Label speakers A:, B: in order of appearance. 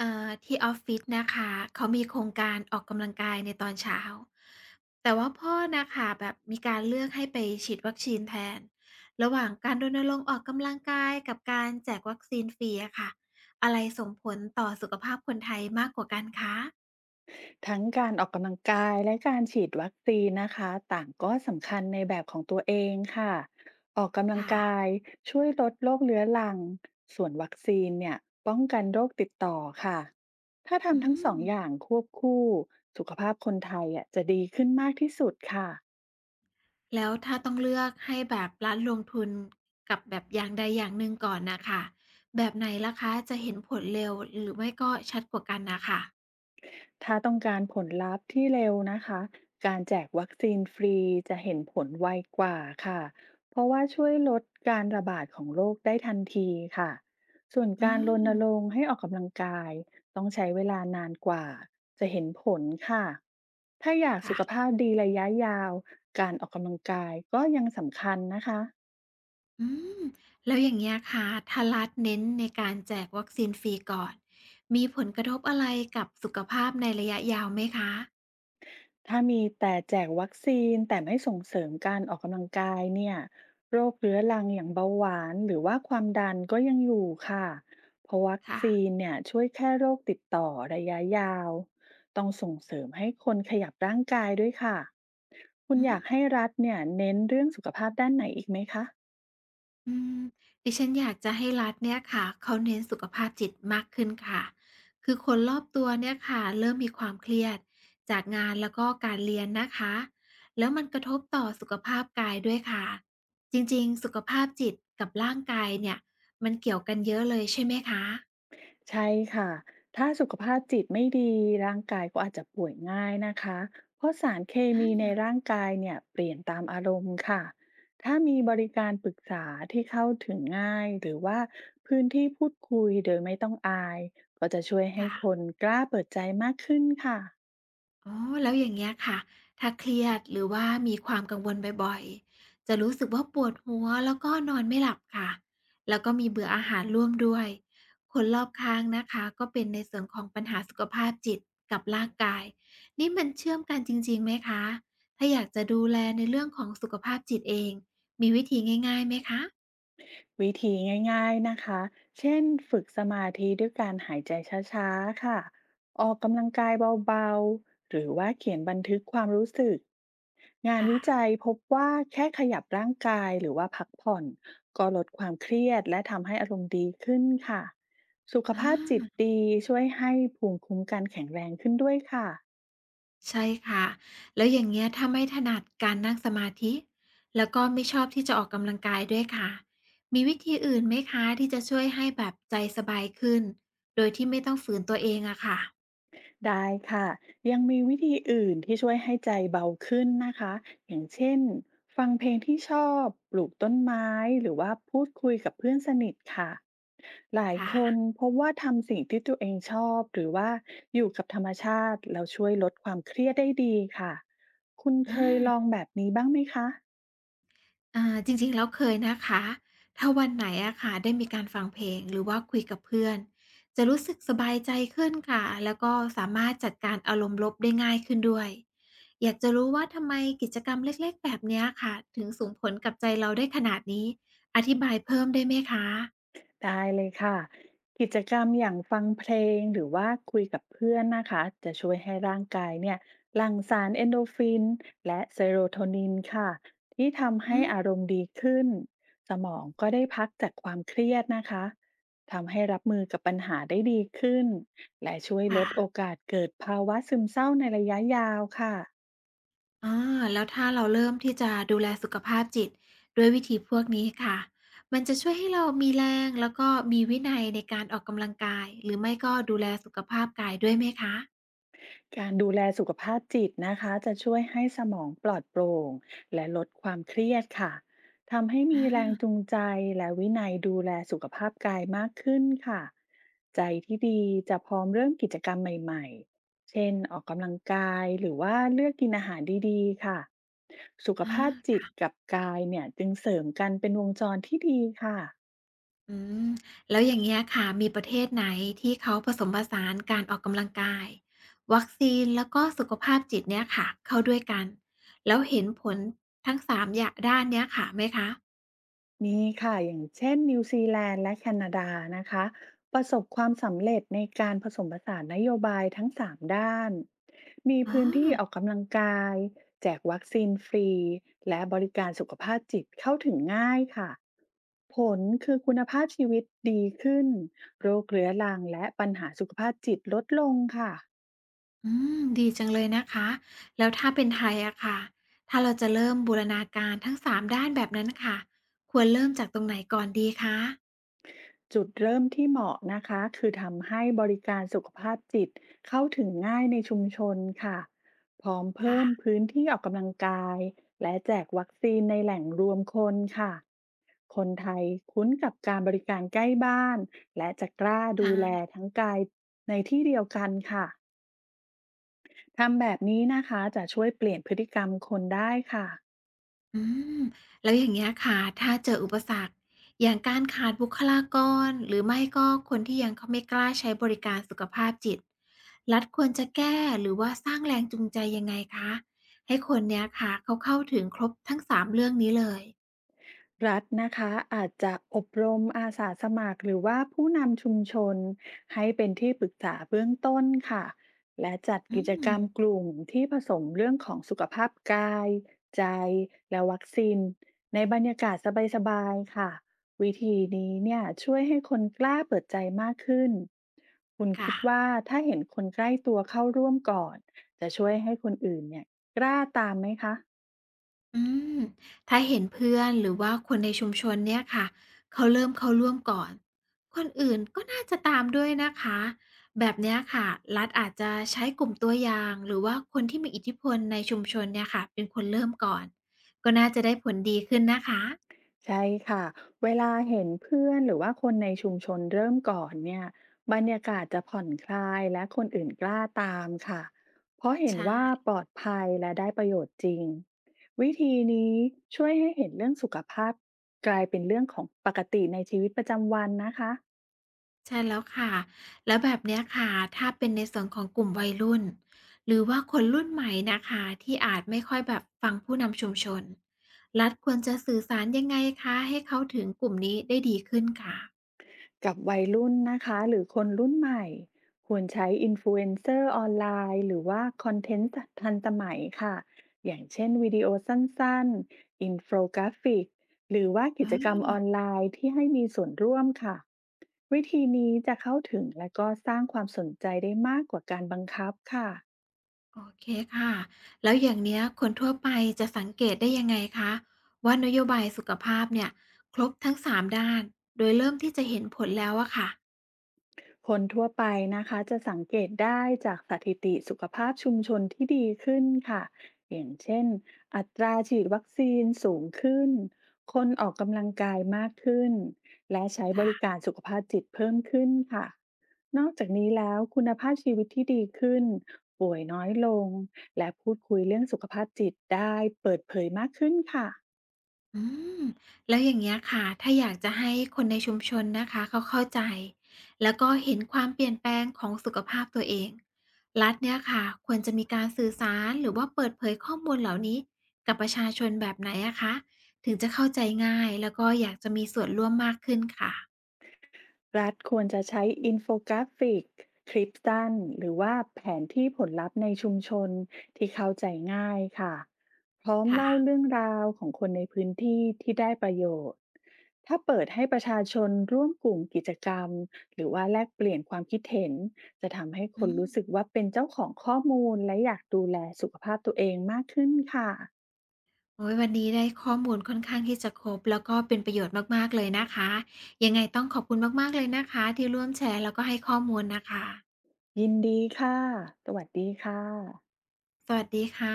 A: ที่ออฟฟิศนะคะ เขามีโครงการออกกำลังกายในตอนเช้าแต่ว่าพ่อนะคะแบบมีการเลือกให้ไปฉีดวัคซีนแทน ระหว่างการรณรงค์ออกกำลังกายกับการแจกวัคซีนฟรีอะค่ะ อะไรส่งผลต่อสุขภาพคนไทยมากกว่ากันคะ
B: ทั้งการออกกำลังกายและการฉีดวัคซีนนะคะต่างก็สำคัญในแบบของตัวเองค่ะออกกำลัง
A: ค่ะ
B: กายช่วยลดโรคเรื้อรังส่วนวัคซีนเนี่ยป้องกันโรคติดต่อค่ะถ้า
A: อื
B: ทำทั้งสองอย่า
A: ม
B: งควบคู่สุขภาพคนไทยอ่ะจะดีขึ้นมากที่สุดค่ะ
A: แล้วถ้าต้องเลือกให้แบบรัฐลงทุนกับแบบอย่างใดอย่างหนึ่งก่อนนะคะ แบบไหนล่ะคะจะเห็นผลเร็วหรือไม่ก็ชัดกว่ากันนะคะ
B: ถ้าต้องการผลลัพธ์ที่เร็วนะคะ การแจกวัคซีนฟรีจะเห็นผลไวกว่าค่ะ เพราะว่าช่วยลดการระบาดของโรคได้ทันทีค่ะ ส่วน
A: อื
B: การรณ
A: ม
B: รงค์ให้ออกกำลังกายต้องใช้เวลานานกว่าจะเห็นผลค่ะ ถ้าอยาก
A: ค่ะ
B: สุขภาพดีระยะยาวการออกกำลังกายก็ยังสำคัญนะคะ
A: อืมแล้วอย่างเงี้ยค่ะถ้ารัฐเน้นในการแจกวัคซีนฟรีก่อนมีผลกระทบอะไรกับสุขภาพในระยะยาวไหมคะ
B: ถ้ามีแต่แจกวัคซีนแต่ไม่ส่งเสริมการออกกำลังกายเนี่ยโรคเรื้อรังอย่างเบาหวานหรือว่าความดันก็ยังอยู่ค่ะเพราะวัค
A: ค่ะ
B: ซีนเนี่ยช่วยแค่โรคติดต่อระยะยาวต้องส่งเสริมให้คนขยับร่างกายด้วยค่ะคุณ
A: อื
B: อ
A: ม
B: ยากให้รัฐเนี่ยเน้นเรื่องสุขภาพด้านไหนอีกไหมคะ
A: อืมดิฉันอยากจะให้รัฐเนี่ยค่ะเขาเน้นสุขภาพจิตมากขึ้นค่ะคือคนรอบตัวเนี่ยค่ะเริ่มมีความเครียดจากงานแล้วก็การเรียนนะคะแล้วมันกระทบต่อสุขภาพกายด้วยค่ะจริงๆสุขภาพจิตกับร่างกายเนี่ยมันเกี่ยวกันเยอะเลยใช่ไหมคะ
B: ใช่ค่ะ ถ้าสุขภาพจิตไม่ดีร่างกายก็อาจจะป่วยง่ายนะคะ เพราะสารเค
A: อ
B: มีใน
A: า
B: ร่างกายเนี่ยเปลี่ยนตามอารมณ์ค่ะ ถ้ามีบริการปรึกษาที่เข้าถึงง่ายหรือว่าพื้นที่พูดคุยโดยไม่ต้องอายก็จะช่วยให้
A: ค่ะ
B: คนกล้าเปิดใจมากขึ้นค่ะ
A: อ๋อแล้วอย่างเงี้ยค่ะถ้าเครียดหรือว่ามีความกังวลบ่อยๆจะรู้สึกว่าปวดหัวแล้วก็นอนไม่หลับค่ะแล้วก็มีเบื่ออาหารร่วมด้วยคนรอบข้างนะคะก็เป็นในส่วนของปัญหาสุขภาพจิตกับร่างกายนี่มันเชื่อมกันจริงๆไหมคะถ้าอยากจะดูแลในเรื่องของสุขภาพจิตเองมีวิธีง่ายๆไหมคะ
B: วิธีง่ายๆนะคะ เช่นฝึกสมาธิด้วยการหายใจช้าๆค่ะออกกำลังกายเบาๆ หรือว่าเขียนบันทึกความรู้สึก งาน
A: ค่ะ
B: วิจัยพบว่าแค่ขยับร่างกายหรือว่าพักผ่อนก็ลดความเครียดและทำให้อารมณ์ดีขึ้นค่ะสุข
A: อา
B: ภาพจิตดีช่วยให้ภูมิคุ้มกันแข็งแรงขึ้นด้วยค่ะ
A: ใช่ค่ะ แล้วอย่างเงี้ยถ้าไม่ถนัดการนั่งสมาธิ แล้วก็ไม่ชอบที่จะออกกำลังกายด้วยค่ะ มีวิธีอื่นไหมคะที่จะช่วยให้แบบใจสบายขึ้น โดยที่ไม่ต้องฝืนตัวเองอะค่ะ
B: ได้ค่ะยังมีวิธีอื่นที่ช่วยให้ใจเบาขึ้นนะคะอย่างเช่นฟังเพลงที่ชอบปลูกต้นไม้หรือว่าพูดคุยกับเพื่อนสนิทค่ะหลาย
A: ค่ะ
B: คนพบว่าทำสิ่งที่ตัวเองชอบหรือว่าอยู่กับธรรมชาติแล้วช่วยลดความเครียดได้ดีค่ะคุณ
A: อา
B: เคยลองแบบนี้บ้างไหมคะ
A: อาจริงๆ แล้วเคยนะคะ ถ้าวันไหนอะค่ะ ได้มีการฟังเพลงหรือว่าคุยกับเพื่อน จะรู้สึกสบายใจขึ้นค่ะ แล้วก็สามารถจัดการอารมณ์ลบได้ง่ายขึ้นด้วย อยากจะรู้ว่าทำไมกิจกรรมเล็กๆ แบบเนี้ยค่ะ ถึงส่งผลกับใจเราได้ขนาดนี้ อธิบายเพิ่มได้ไหมคะ
B: ได้เลยค่ะกิจกรรมอย่างฟังเพลงหรือว่าคุยกับเพื่อนนะคะจะช่วยให้ร่างกายเนี่ยหลั่งสารเอนโดรฟินและเซโรโทนินค่ะที่ทำ
A: อื
B: ให้
A: ม
B: อารมณ์ดีขึ้นสมองก็ได้พักจากความเครียดนะคะทำให้รับมือกับปัญหาได้ดีขึ้นและช่วยล
A: ค่ะ
B: ดโอกาสเกิดภาวะซึมเศร้าในระยะยาวค่ะ
A: อาแล้วถ้าเราเริ่มที่จะดูแลสุขภาพจิตด้วยวิธีพวกนี้ค่ะมันจะช่วยให้เรามีแรงแล้วก็มีวินัยในการออกกำลังกายหรือไม่ก็ดูแลสุขภาพกายด้วยไหมคะ
B: การดูแลสุขภาพจิตนะคะจะช่วยให้สมองปลอดโปร่งและลดความเครียดค่ะทำให้
A: อ
B: มีแรง
A: า
B: จูงใจและวินัยดูแลสุขภาพกายมากขึ้นค่ะใจที่ดีจะพร้อมเริ่มกิจกรรมใหม่ๆเช่นออกกำลังกายหรือว่าเลือกกินอาหารดีๆค่ะสุข
A: อา
B: ภาพจิต
A: ค่ะ
B: กับกายเนี่ยจึงเสริมกันเป็นวงจรที่ดีค่ะ
A: อืม แล้วอย่างเงี้ยค่ะ มีประเทศไหนที่เขาผสมผสานการออกกำลังกายวัคซีนแล้วก็สุขภาพจิตเนี่ยค่ะเข้าด้วยกันแล้วเห็นผลทั้งสามอย่างด้านเนี้ยค่ะไหมคะ
B: มีค่ะ อย่างเช่นนิวซีแลนด์และแคนาดานะคะประสบความสำเร็จในการผสมผสานนโยบายทั้ง3ด้านมี
A: อ๋อ
B: พื้นที่ออกกำลังกายแจกวัคซีนฟรีและบริการสุขภาพจิตเข้าถึงง่ายค่ะผลคือคุณภาพชีวิตดีขึ้นโรคเรื้อรังและปัญหาสุขภาพจิตลดลงค่ะ
A: อืมดีจังเลยนะคะแล้วถ้าเป็นไทยอะค่ะถ้าเราจะเริ่มบูรณาการทั้งสามด้านแบบนั้นค่ะควรเริ่มจากตรงไหนก่อนดีคะ
B: จุดเริ่มที่เหมาะนะคะคือทำให้บริการสุขภาพจิตเข้าถึงง่ายในชุมชนค่ะพร้อม
A: ค่ะ
B: เพิ่มพื้นที่ออกกำลังกายและแจกวัคซีนในแหล่งรวมคนค่ะคนไทยคุ้นกับการบริการใกล้บ้านและจะกล้าดูแล
A: ใช่
B: ทั้งกายในที่เดียวกันค่ะทำแบบนี้นะคะจะช่วยเปลี่ยนพฤติกรรมคนได้ค่ะ
A: อืมแล้วอย่างเงี้ยค่ะถ้าเจออุปสรรคอย่างการขาดบุคลากรหรือไม่ก็คนที่ยังเขาไม่กล้าใช้บริการสุขภาพจิตรัฐควรจะแก้หรือว่าสร้างแรงจูงใจยังไงคะให้คนเนี้ยค่ะเขาเข้าถึงครบทั้งสามเรื่องนี้เลย
B: รัฐนะคะอาจจะอบรมอาสาสมัครหรือว่าผู้นำชุมชนให้เป็นที่ปรึกษาเบื้องต้นค่ะและจัด
A: อื
B: กิจ
A: ม
B: กรรมกลุ่มที่ผสมเรื่องของสุขภาพกายใจและวัคซีนในบรรยากาศสบายๆค่ะวิธีนี้เนี่ยช่วยให้คนกล้าเปิดใจมากขึ้นคุณ
A: ค่ะ
B: คิดว่าถ้าเห็นคนใกล้ตัวเข้าร่วมก่อนจะช่วยให้คนอื่นเนี่ยกล้าตามไหมคะ
A: อืมถ้าเห็นเพื่อนหรือว่าคนในชุมชนเนี่ยค่ะเขาเริ่มเข้าร่วมก่อนคนอื่นก็น่าจะตามด้วยนะคะแบบเนี้ยค่ะรัฐอาจจะใช้กลุ่มตัวอย่างหรือว่าคนที่มีอิทธิพลในชุมชนเนี่ยค่ะเป็นคนเริ่มก่อนก็น่าจะได้ผลดีขึ้นนะคะ
B: ใช่ค่ะเวลาเห็นเพื่อนหรือว่าคนในชุมชนเริ่มก่อนเนี่ยบรรยากาศจะผ่อนคลายและคนอื่นกล้าตามค่ะเพราะเห็น
A: ใช่
B: ว่าปลอดภัยและได้ประโยชน์จริงวิธีนี้ช่วยให้เห็นเรื่องสุขภาพกลายเป็นเรื่องของปกติในชีวิตประจำวันนะคะ
A: ใช่แล้วค่ะ แล้วแบบเนี้ยค่ะ ถ้าเป็นในส่วนของกลุ่มวัยรุ่นหรือว่าคนรุ่นใหม่นะคะที่อาจไม่ค่อยแบบฟังผู้นำชุมชนรัฐควรจะสื่อสารยังไงคะให้เข้าถึงกลุ่มนี้ได้ดีขึ้นค่ะ
B: กับวัยรุ่นนะคะหรือคนรุ่นใหม่ควรใช้อินฟลูเอนเซอร์ออนไลน์หรือว่าคอนเทนต์ทันสมัยค่ะอย่างเช่นวิดีโอสั้นๆอินโฟกราฟิกหรือว่ากิจกรร
A: อ
B: ม
A: อ
B: ออนไลน์ที่ให้มีส่วนร่วมค่ะวิธีนี้จะเข้าถึงและก็สร้างความสนใจได้มากกว่าการบังคับค่ะ
A: โอเคค่ะแล้วอย่างเนี้ยคนทั่วไปจะสังเกตได้ยังไงคะว่านโยบายสุขภาพเนี่ยครบทั้งสามด้านโดยเริ่มที่จะเห็นผลแล้วอะค่ะ
B: คนทั่วไปนะคะจะสังเกตได้จากสถิติสุขภาพชุมชนที่ดีขึ้นค่ะอย่างเช่นอัตราฉีดวัคซีนสูงขึ้นคนออกกำลังกายมากขึ้นและใช้บริกา
A: ค่ะ
B: รสุขภาพจิตเพิ่มขึ้นค่ะนอกจากนี้แล้วคุณภาพชีวิตที่ดีขึ้นป่วยน้อยลงและพูดคุยเรื่องสุขภาพจิตได้เปิดเผยมากขึ้นค่ะ
A: อืมแล้วอย่างเงี้ยค่ะ ถ้าอยากจะให้คนในชุมชนนะคะเขาเข้าใจแล้วก็เห็นความเปลี่ยนแปลงของสุขภาพตัวเองรัฐเนี่ยค่ะควรจะมีการสื่อสารหรือว่าเปิดเผยข้อมูลเหล่านี้กับประชาชนแบบไหนอะคะถึงจะเข้าใจง่ายแล้วก็อยากจะมีส่วนร่วมมากขึ้นค่ะ
B: รัฐควรจะใช้อินโฟกราฟิกคลิปสั้นหรือว่าแผนที่ผลลัพธ์ในชุมชนที่เข้าใจง่ายค่ะพร้อม
A: ค่ะ
B: เล่าเรื่องราวของคนในพื้นที่ที่ได้ประโยชน์ถ้าเปิดให้ประชาชนร่วมกลุ่มกิจกรรมหรือว่าแลกเปลี่ยนความคิดเห็นจะทำให้
A: อื
B: คนรู้สึก
A: ม
B: ว่าเป็นเจ้าของข้อมูลและอยากดูแลสุขภาพตัวเองมากขึ้นค่ะ
A: โอ้ยวันนี้ได้ข้อมูลค่อนข้างที่จะครบแล้วก็เป็นประโยชน์มากๆเลยนะคะยังไงต้องขอบคุณมากๆเลยนะคะที่ร่วมแชร์แล้วก็ให้ข้อมูลนะคะ
B: ยินดีค่ะสวัสดีค่ะ
A: สวัสดีค่ะ